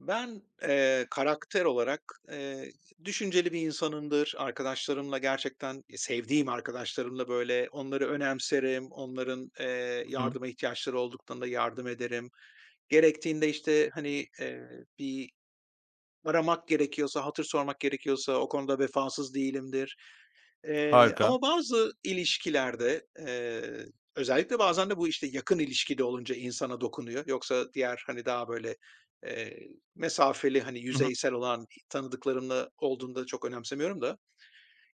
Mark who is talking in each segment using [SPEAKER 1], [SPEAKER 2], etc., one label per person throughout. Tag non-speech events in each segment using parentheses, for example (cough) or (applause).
[SPEAKER 1] Ben, karakter olarak, eee, düşünceli bir insanımdır. Arkadaşlarımla gerçekten sevdiğim arkadaşlarımla, böyle, onları önemserim. Onların,
[SPEAKER 2] Hı hı.
[SPEAKER 1] yardıma ihtiyaçları olduklarında yardım ederim. Gerektiğinde, işte, hani, bir Aramak gerekiyorsa, hatır sormak gerekiyorsa o konuda vefasız değilimdir. Eee,
[SPEAKER 2] Harika.
[SPEAKER 1] ama bazı ilişkilerde, özellikle bazen de bu, işte, yakın ilişkide olunca insana dokunuyor. Yoksa diğer, hani, daha böyle, eee, mesafeli, hani,
[SPEAKER 2] Hı hı.
[SPEAKER 1] yüzeysel olan tanıdıklarımla olduğunda çok önemsemiyorum da.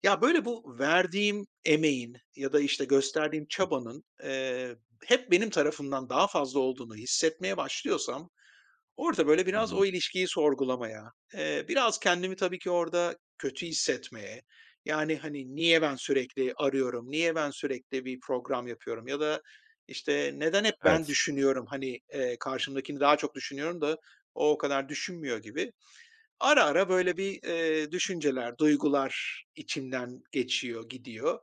[SPEAKER 1] Ya, böyle bu verdiğim emeğin ya da, işte, gösterdiğim çabanın, hep benim tarafımdan daha fazla olduğunu hissetmeye başlıyorsam orada böyle
[SPEAKER 2] Hı
[SPEAKER 1] biraz
[SPEAKER 2] hı.
[SPEAKER 1] o ilişkiyi sorgulamaya, biraz kendimi tabii ki orada kötü hissetmeye, yani, hani, niye ben sürekli arıyorum, niye ben sürekli bir program yapıyorum ya da, işte, neden hep ben
[SPEAKER 2] Evet,
[SPEAKER 1] düşünüyorum, hani, karşımdakini daha çok düşünüyorum da o o kadar düşünmüyor gibi. Ara ara böyle bir, düşünceler, duygular içimden geçiyor, gidiyor.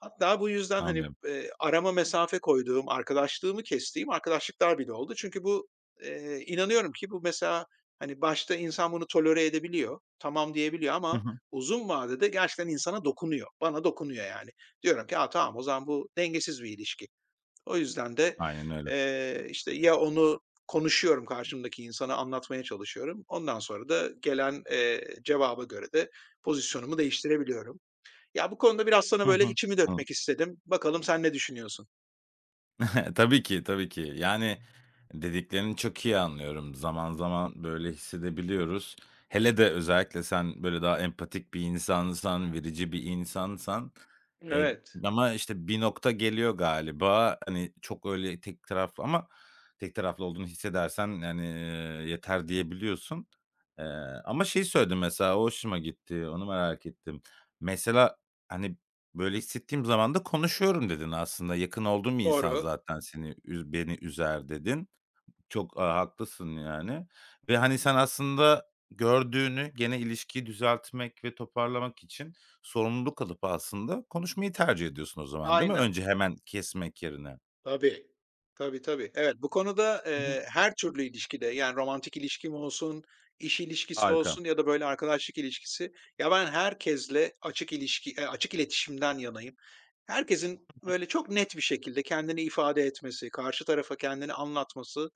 [SPEAKER 1] Hatta bu yüzden, hani,
[SPEAKER 2] anlıyorum.
[SPEAKER 1] arama mesafe koyduğum, arkadaşlığımı kestiğim arkadaşlıklar bile oldu. Çünkü bu, inanıyorum ki bu mesela, hani, başta insan bunu tolere edebiliyor, tamam diyebiliyor
[SPEAKER 2] Hı
[SPEAKER 1] ama
[SPEAKER 2] hı.
[SPEAKER 1] uzun vadede gerçekten insana dokunuyor. Bana dokunuyor yani. Diyorum ki, "A, tamam o zaman bu dengesiz bir ilişki." O yüzden de,
[SPEAKER 2] Aynen öyle.
[SPEAKER 1] işte, ya onu konuşuyorum karşımdaki insana anlatmaya çalışıyorum. Ondan sonra da gelen, cevaba göre de pozisyonumu değiştirebiliyorum. Ya, bu konuda biraz sana
[SPEAKER 2] Hı
[SPEAKER 1] böyle
[SPEAKER 2] hı.
[SPEAKER 1] içimi dökmek istedim. Bakalım sen ne düşünüyorsun?
[SPEAKER 2] (laughs) Tabii ki, tabii ki. Yani, dediklerini çok iyi anlıyorum. Zaman zaman böyle hissedebiliyoruz. Hele de özellikle sen böyle daha empatik bir insansan, verici bir insansan, eee,
[SPEAKER 1] Evet,
[SPEAKER 2] ama işte bir nokta geliyor galiba, hani, çok öyle tek taraflı ama tek taraflı olduğunu hissedersen, yani, yeter diyebiliyorsun. Eee, ama şey söyledin mesela, o hoşuma gitti, onu merak ettim. Mesela, hani, böyle hissettiğim zaman da konuşuyorum dedin aslında. Yakın olduğum bir insan
[SPEAKER 1] doğru.
[SPEAKER 2] zaten seni üz beni üzer dedin. Çok, aaa, haklısın yani ve hani sen aslında gördüğünü gene ilişkiyi düzeltmek ve toparlamak için sorumluluk alıp aslında konuşmayı tercih ediyorsun o zaman, değil mi?
[SPEAKER 1] Aynen.
[SPEAKER 2] Önce hemen kesmek yerine.
[SPEAKER 1] Tabii. Tabii, tabii. Evet, bu konuda,
[SPEAKER 2] Hı hı.
[SPEAKER 1] her türlü ilişkide, yani, romantik ilişkim olsun, iş ilişkisi
[SPEAKER 2] Harika.
[SPEAKER 1] olsun ya da böyle arkadaşlık ilişkisi. Ya, ben herkesle açık iletişimden yanayım. Herkesin böyle çok net bir şekilde kendini ifade etmesi, karşı tarafa kendini anlatması,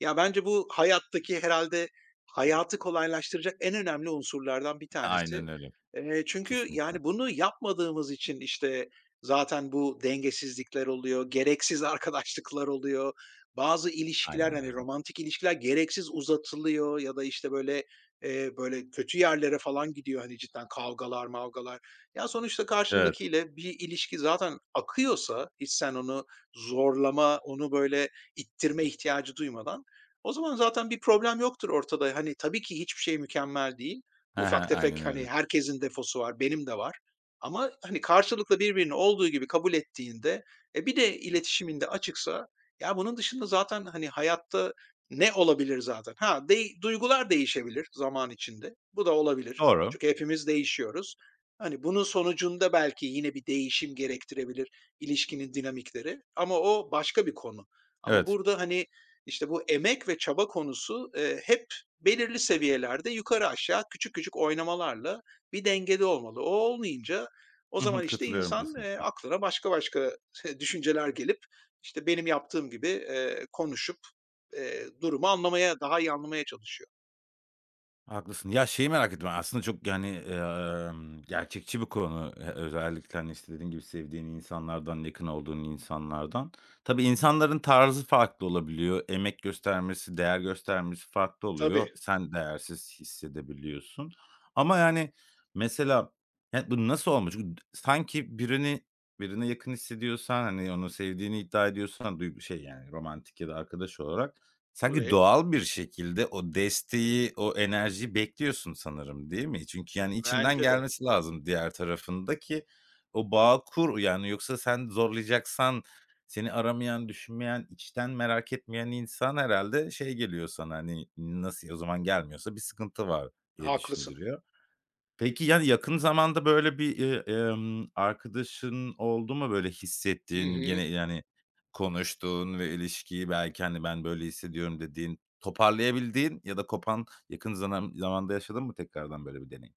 [SPEAKER 1] ya, bence bu hayattaki herhalde hayatı kolaylaştıracak en önemli unsurlardan bir tanesi.
[SPEAKER 2] Aynen öyle.
[SPEAKER 1] Çünkü,
[SPEAKER 2] Kesinlikle.
[SPEAKER 1] yani, bunu yapmadığımız için, işte, zaten bu dengesizlikler oluyor, gereksiz (laughs) arkadaşlıklar oluyor. Bazı ilişkiler,
[SPEAKER 2] Aynen
[SPEAKER 1] hani,
[SPEAKER 2] öyle.
[SPEAKER 1] romantik ilişkiler gereksiz uzatılıyor ya da, işte, böyle, böyle kötü yerlere falan gidiyor, hani, cidden kavgalar mavgalar. Ya, sonuçta
[SPEAKER 2] Evet.
[SPEAKER 1] karşındakiyle bir ilişki zaten akıyorsa, hiç sen onu zorlama, onu böyle ittirme ihtiyacı duymadan, o zaman zaten bir problem yoktur ortada. Hani, tabii ki hiçbir şey mükemmel değil. Ufak
[SPEAKER 2] (laughs) Aynen
[SPEAKER 1] tefek,
[SPEAKER 2] öyle.
[SPEAKER 1] hani, herkesin defosu var, benim de var. Ama, hani, karşılıklı birbirini olduğu gibi kabul ettiğinde, bir de iletişiminde açıksa, ya, bunun dışında zaten, hani, hayatta ne olabilir zaten? Ha, duygular değişebilir zaman içinde. Bu da olabilir.
[SPEAKER 2] Doğru.
[SPEAKER 1] Çünkü hepimiz değişiyoruz. Hani, bunun sonucunda belki yine bir değişim gerektirebilir ilişkinin dinamikleri ama o başka bir konu. Ama
[SPEAKER 2] Evet.
[SPEAKER 1] burada, hani, işte, bu emek ve çaba konusu, hep belirli seviyelerde yukarı aşağı küçük küçük oynamalarla bir dengede olmalı. O olmayınca o
[SPEAKER 2] Hı hı,
[SPEAKER 1] zaman, işte,
[SPEAKER 2] katılıyorum
[SPEAKER 1] insan,
[SPEAKER 2] kesinlikle.
[SPEAKER 1] aklına başka başka (laughs) düşünceler gelip, işte, benim yaptığım gibi, konuşup, durumu anlamaya, daha iyi anlamaya çalışıyor.
[SPEAKER 2] Haklısın. Ya, şeyi merak ettim aslında çok, yani, gerçekçi bir konu. Özellikle, hani, işte, dediğin gibi sevdiğin insanlardan, yakın olduğun insanlardan. Tabii insanların tarzı farklı olabiliyor. Emek göstermesi, değer göstermesi farklı oluyor.
[SPEAKER 1] Tabii,
[SPEAKER 2] Sen değersiz hissedebiliyorsun. Ama, yani, mesela, yani bu nasıl olmuş? Çünkü sanki birini birine yakın hissediyorsan, hani, onu sevdiğini iddia ediyorsan duygu şey, yani, romantik ya da arkadaş olarak, sanki
[SPEAKER 1] tabii.
[SPEAKER 2] doğal bir şekilde o desteği, o enerjiyi bekliyorsun sanırım, değil mi? Çünkü, yani, içinden
[SPEAKER 1] Bence de.
[SPEAKER 2] gelmesi lazım diğer tarafın ki o bağı kur, yani, yoksa sen zorlayacaksan seni aramayan, düşünmeyen, içten merak etmeyen insan herhalde şey geliyor sana, hani, nasıl, o zaman gelmiyorsa bir sıkıntı var diye
[SPEAKER 1] Haklısın.
[SPEAKER 2] düşündürüyor. Peki, yani, yakın zamanda böyle bir, arkadaşın oldu mu böyle
[SPEAKER 1] Hı
[SPEAKER 2] hissettiğin
[SPEAKER 1] hı.
[SPEAKER 2] gene, yani, konuştuğun ve ilişkiyi belki, hani, ben böyle hissediyorum dediğin, toparlayabildiğin ya da kopan yakın zanam zamanda yaşadın mı tekrardan böyle bir deneyim?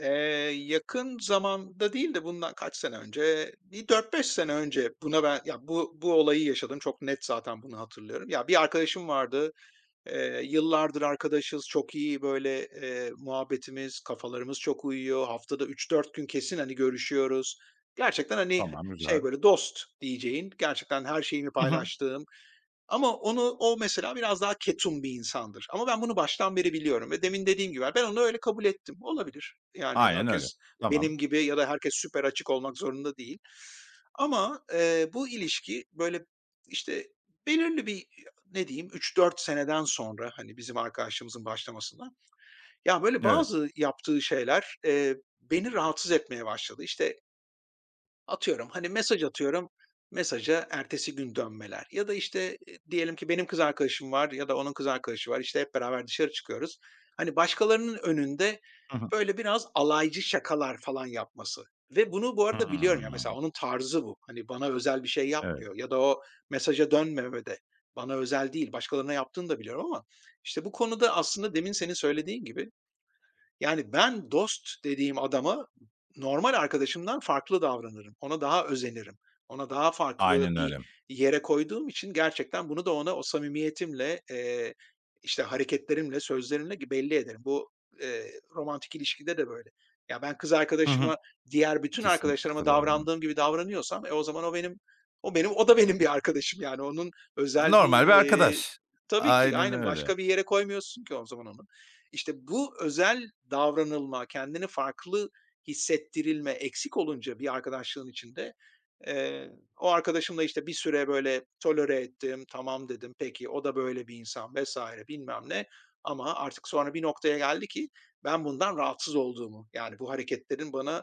[SPEAKER 1] Eee, yakın zamanda değil de bundan kaç sene önce, bir 4-5 sene önce buna ben ya, bu olayı yaşadım. Çok net zaten bunu hatırlıyorum. Ya, bir arkadaşım vardı. Yıllardır arkadaşız. Çok iyi böyle, muhabbetimiz, kafalarımız çok uyuyor. Haftada 3-4 gün kesin, hani, görüşüyoruz. Gerçekten, hani,
[SPEAKER 2] Tamam,
[SPEAKER 1] şey,
[SPEAKER 2] güzel.
[SPEAKER 1] böyle dost diyeceğin, gerçekten her şeyimi
[SPEAKER 2] Hı hı.
[SPEAKER 1] paylaştığım, ama o mesela biraz daha ketum bir insandır. Ama ben bunu baştan beri biliyorum ve demin dediğim gibi ben onu öyle kabul ettim. Olabilir. Yani
[SPEAKER 2] Aynen öyle.
[SPEAKER 1] herkes
[SPEAKER 2] Tamam.
[SPEAKER 1] benim gibi ya da herkes süper açık olmak zorunda değil. Ama, bu ilişki böyle, işte, belirli bir, ne diyeyim, 3-4 seneden sonra, hani, bizim arkadaşlığımızın başlamasından, ya, böyle
[SPEAKER 2] Evet.
[SPEAKER 1] bazı yaptığı şeyler, beni rahatsız etmeye başladı. İşte, atıyorum, hani, mesaj atıyorum, mesaja ertesi gün dönmeler ya da, işte, diyelim ki benim kız arkadaşım var ya da onun kız arkadaşı var, işte, hep beraber dışarı çıkıyoruz. Hani, başkalarının önünde,
[SPEAKER 2] Hı hı.
[SPEAKER 1] böyle, biraz alaycı şakalar falan yapması ve bunu bu arada biliyorum ya, mesela
[SPEAKER 2] Hımm.
[SPEAKER 1] onun tarzı bu. Hani, bana özel bir şey
[SPEAKER 2] Evet.
[SPEAKER 1] yapmıyor ya da o mesaja dönmemede bana özel değil, başkalarına yaptığını da biliyorum ama, işte, bu konuda aslında demin senin söylediğin gibi yani ben dost dediğim adama normal arkadaşımdan farklı davranırım. Ona daha özenirim. Ona daha farklı
[SPEAKER 2] Aynen
[SPEAKER 1] bir
[SPEAKER 2] öyle.
[SPEAKER 1] yere koyduğum için gerçekten bunu da ona o samimiyetimle, işte, hareketlerimle, sözlerimle belli ederim. Bu, romantik ilişkide de böyle. Ya, ben kız
[SPEAKER 2] Hı hı.
[SPEAKER 1] arkadaşıma diğer bütün
[SPEAKER 2] Kesinlikle
[SPEAKER 1] arkadaşlarıma
[SPEAKER 2] katılıyorum.
[SPEAKER 1] davrandığım gibi davranıyorsam, o zaman o da benim bir arkadaşım yani. Onun özel bir,
[SPEAKER 2] Normal bir
[SPEAKER 1] eee
[SPEAKER 2] arkadaş.
[SPEAKER 1] Tabii ki
[SPEAKER 2] Aynen
[SPEAKER 1] aynen
[SPEAKER 2] öyle.
[SPEAKER 1] başka bir yere koymuyorsun ki o zaman onu. İşte bu özel davranılma, kendini farklı hissettirilme eksik olunca bir arkadaşlığın içinde, eee, o arkadaşımla, işte, bir süre böyle tolere ettim, "Tamam." dedim, "Peki, o da böyle bir insan." vs. bilmem ne ama artık sonra bir noktaya geldi ki ben bundan rahatsız olduğumu, yani, bu hareketlerin bana,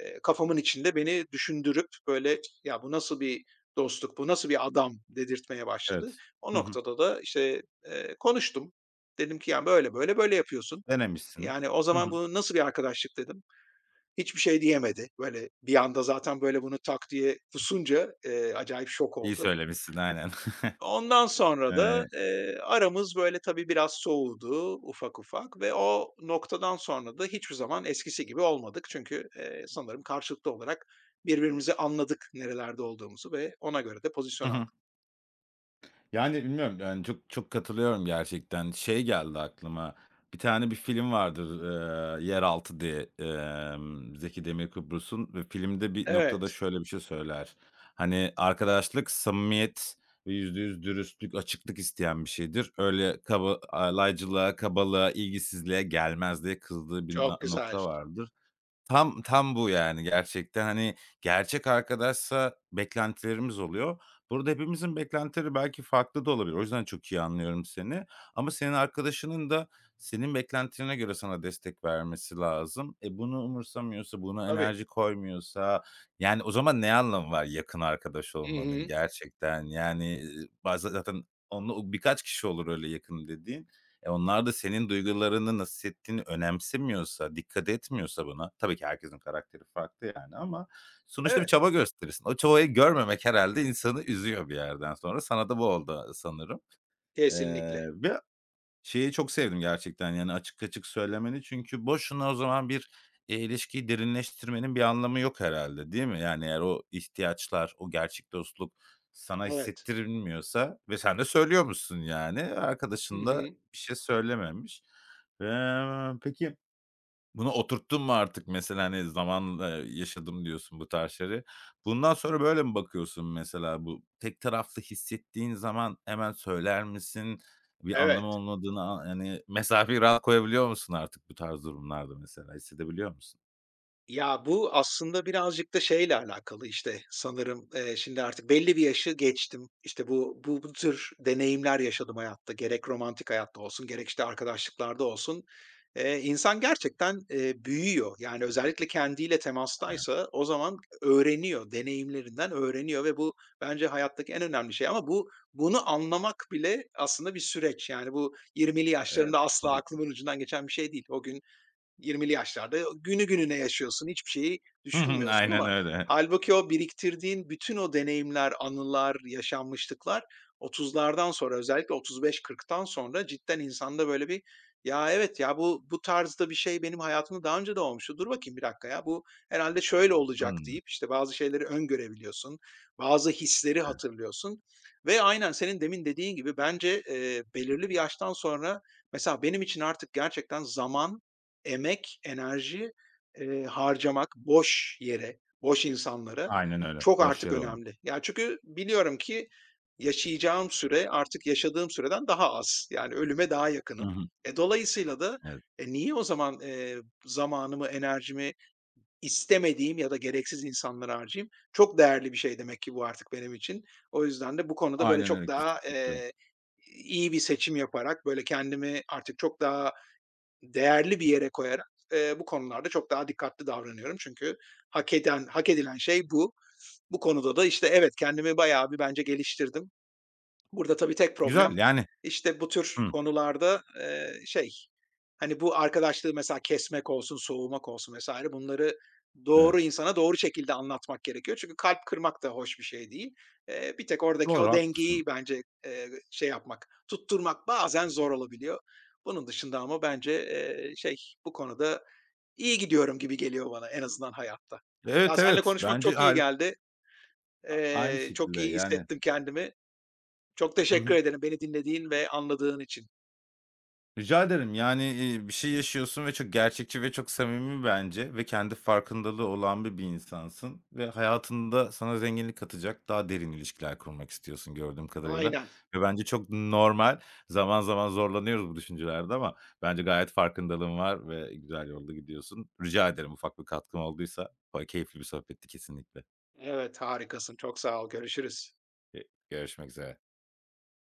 [SPEAKER 1] kafamın içinde beni düşündürüp böyle, "Ya, bu nasıl bir dostluk, bu nasıl bir adam?" dedirtmeye başladı.
[SPEAKER 2] Evet.
[SPEAKER 1] O
[SPEAKER 2] Hı hı.
[SPEAKER 1] noktada da, işte, konuştum. Dedim ki, yani böyle böyle böyle yapıyorsun.
[SPEAKER 2] Denemişsin.
[SPEAKER 1] Yani, o
[SPEAKER 2] Hı
[SPEAKER 1] zaman
[SPEAKER 2] hı.
[SPEAKER 1] bu nasıl bir arkadaşlık?" dedim. Hiçbir şey diyemedi. Böyle bir anda zaten böyle bunu tak diye pusunca, acayip şok
[SPEAKER 2] İyi
[SPEAKER 1] oldu.
[SPEAKER 2] söylemişsin, aynen.
[SPEAKER 1] Ondan sonra da,
[SPEAKER 2] Eee,
[SPEAKER 1] aramız böyle tabii biraz soğudu ufak ufak ve o noktadan sonra da hiçbir zaman eskisi gibi olmadık. Çünkü, sanırım karşılıklı olarak birbirimizi anladık nerelerde olduğumuzu ve ona göre de
[SPEAKER 2] hı
[SPEAKER 1] pozisyon
[SPEAKER 2] hı,
[SPEAKER 1] aldık.
[SPEAKER 2] yani, bilmiyorum, yani, çok katılıyorum gerçekten. Şey geldi aklıma, bir tane bir film vardır, "Yeraltı" diye, Zeki Demirkubuz'un ve filmde bir noktada
[SPEAKER 1] Evet,
[SPEAKER 2] şöyle bir şey söyler. Hani, arkadaşlık, samimiyet ve %100 dürüstlük, açıklık isteyen bir şeydir. Öyle kaba aaa, laycılığa, kabalığa, ilgisizliğe gelmez diye kızdığı bir na
[SPEAKER 1] çok güzel.
[SPEAKER 2] nokta vardır. Tam tam bu yani gerçekten, hani, gerçek arkadaşsa beklentilerimiz oluyor. Burada hepimizin beklentileri belki farklı da olabilir. O yüzden çok iyi anlıyorum seni ama senin arkadaşının da senin beklentilerine göre sana destek vermesi lazım. E, bunu umursamıyorsa, buna
[SPEAKER 1] Tabii.
[SPEAKER 2] enerji koymuyorsa, yani, o zaman ne anlamı var yakın arkadaş
[SPEAKER 1] Hı
[SPEAKER 2] olmanın
[SPEAKER 1] hı.
[SPEAKER 2] gerçekten? Yani, bazen zaten onunla birkaç kişi olur öyle yakın dediğin. E, onlar da senin duygularını nasıl hissettiğini önemsemiyorsa, dikkat etmiyorsa buna tabii ki herkesin karakteri farklı yani ama sonuçta bir
[SPEAKER 1] Evet,
[SPEAKER 2] çaba gösterirsin. O çabayı görmemek herhalde insanı üzüyor bir yerden sonra. Sana da bu oldu sanırım.
[SPEAKER 1] kesinlikle.
[SPEAKER 2] Ve Şeyi çok sevdim gerçekten, yani, açık açık söylemeni çünkü boşuna o zaman bir, ilişkiyi derinleştirmenin bir anlamı yok herhalde değil mi? Yani, eğer o ihtiyaçlar, o gerçek dostluk sana
[SPEAKER 1] Evet.
[SPEAKER 2] hissettirilmiyorsa ve sen de söylüyormuşsun yani,
[SPEAKER 1] Hı
[SPEAKER 2] arkadaşın da
[SPEAKER 1] hı.
[SPEAKER 2] bir şey söylememiş. Peki bunu oturttun mu artık mesela, hani, zamanla yaşadım diyorsun bu tarz şeyleri. Bundan sonra böyle mi bakıyorsun mesela? Bu tek taraflı hissettiğin zaman hemen söyler misin? Bir anlamı
[SPEAKER 1] Evet.
[SPEAKER 2] olmadığını a hani, mesafeyi rahat koyabiliyor musun artık bu tarz durumlarda mesela? Hissedebiliyor musun?
[SPEAKER 1] Ya, bu aslında birazcık da şeyle alakalı, işte, sanırım, şimdi artık belli bir yaşı geçtim. İşte, bu tür deneyimler yaşadım hayatta. Gerek romantik hayatta olsun, gerek, işte, arkadaşlıklarda olsun. İnsan gerçekten, büyüyor. Yani, özellikle kendiyle
[SPEAKER 2] Aynen.
[SPEAKER 1] temastaysa o zaman öğreniyor, deneyimlerinden öğreniyor ve bu bence hayattaki en önemli şey ama bu bunu anlamak bile aslında bir süreç. Yani, bu 20'li
[SPEAKER 2] Evet,
[SPEAKER 1] yaşlarımda asla
[SPEAKER 2] tabii ki.
[SPEAKER 1] aklımın ucundan geçen bir şey değil. O gün 20'li yaşlarda günü gününe yaşıyorsun, hiçbir şeyi
[SPEAKER 2] Hı hı,
[SPEAKER 1] düşünmüyorsun
[SPEAKER 2] aynen
[SPEAKER 1] ama
[SPEAKER 2] öyle.
[SPEAKER 1] halbuki o biriktirdiğin bütün o deneyimler, anılar, yaşanmışlıklar 30'lardan sonra özellikle 35-40'tan sonra cidden insanda böyle bir, "Ya, evet ya, bu tarzda bir şey benim hayatımda daha önce de olmuştu. Dur bakayım bir dakika ya, bu herhalde şöyle olacak."
[SPEAKER 2] Hımm.
[SPEAKER 1] deyip, işte, bazı şeyleri öngörebiliyorsun, bazı hisleri
[SPEAKER 2] Evet,
[SPEAKER 1] hatırlıyorsun ve aynen senin demin dediğin gibi bence, belirli bir yaştan sonra mesela benim için artık gerçekten zaman emek, enerji, harcamak boş yere, boş insanlara
[SPEAKER 2] aynen öyle.
[SPEAKER 1] çok
[SPEAKER 2] Boş
[SPEAKER 1] artık
[SPEAKER 2] yere olma.
[SPEAKER 1] önemli. Ya, çünkü biliyorum ki yaşayacağım süre artık yaşadığım süreden daha az. Yani ölüme daha
[SPEAKER 2] Hı
[SPEAKER 1] yakınım.
[SPEAKER 2] hı.
[SPEAKER 1] E, dolayısıyla da,
[SPEAKER 2] Evet.
[SPEAKER 1] e, niye o zaman, zamanımı, enerjimi istemediğim ya da gereksiz insanlara harcayayım? Çok değerli bir şey demek ki bu artık benim için. O yüzden de bu konuda böyle
[SPEAKER 2] Aynen
[SPEAKER 1] çok
[SPEAKER 2] öyle,
[SPEAKER 1] daha,
[SPEAKER 2] kesinlikle katılıyorum.
[SPEAKER 1] iyi bir seçim yaparak böyle kendimi artık çok daha değerli bir yere koyarak, bu konularda çok daha dikkatli davranıyorum. Çünkü hak eden hak edilen şey bu. Bu konuda da, işte, evet, kendimi bayağı bir bence geliştirdim. Burada tabii tek
[SPEAKER 2] Güzel,
[SPEAKER 1] problem,
[SPEAKER 2] yani,
[SPEAKER 1] işte, bu tür
[SPEAKER 2] hımm,
[SPEAKER 1] konularda, şey, hani, bu arkadaşlığı mesela kesmek olsun, soğumak olsun vs. bunları doğru
[SPEAKER 2] evet.
[SPEAKER 1] insana doğru şekilde anlatmak gerekiyor. Çünkü kalp kırmak da hoş bir şey değil. Bir tek oradaki
[SPEAKER 2] Doğru,
[SPEAKER 1] o
[SPEAKER 2] haklısın.
[SPEAKER 1] dengeyi bence, şey yapmak, tutturmak bazen zor olabiliyor. Bunun dışında ama bence, şey, bu konuda iyi gidiyorum gibi geliyor bana en azından hayatta. Ya,
[SPEAKER 2] Evet,
[SPEAKER 1] seninle
[SPEAKER 2] evet.
[SPEAKER 1] konuşmak
[SPEAKER 2] Bence
[SPEAKER 1] çok iyi
[SPEAKER 2] harika.
[SPEAKER 1] geldi.
[SPEAKER 2] A, aynı
[SPEAKER 1] Çok
[SPEAKER 2] şekilde
[SPEAKER 1] iyi
[SPEAKER 2] yani.
[SPEAKER 1] hissettim kendimi. Çok
[SPEAKER 2] Hı
[SPEAKER 1] teşekkür
[SPEAKER 2] hı.
[SPEAKER 1] ederim beni dinlediğin ve anladığın için.
[SPEAKER 2] Rica ederim. Yani, bir şey yaşıyorsun ve çok gerçekçi ve çok samimi bence ve kendi farkındalığı olan bir insansın ve hayatında sana zenginlik katacak daha derin ilişkiler kurmak istiyorsun gördüğüm kadarıyla
[SPEAKER 1] Aynen.
[SPEAKER 2] ve bence çok normal. Zaman zaman zorlanıyoruz bu düşüncelerde ama bence gayet farkındalığın var ve güzel yolda gidiyorsun. Rica ederim ufak bir katkım olduysa. Keyifli bir sohbetti kesinlikle.
[SPEAKER 1] Evet, harikasın. Çok sağ ol. Görüşürüz.
[SPEAKER 2] Eee, görüşmek üzere.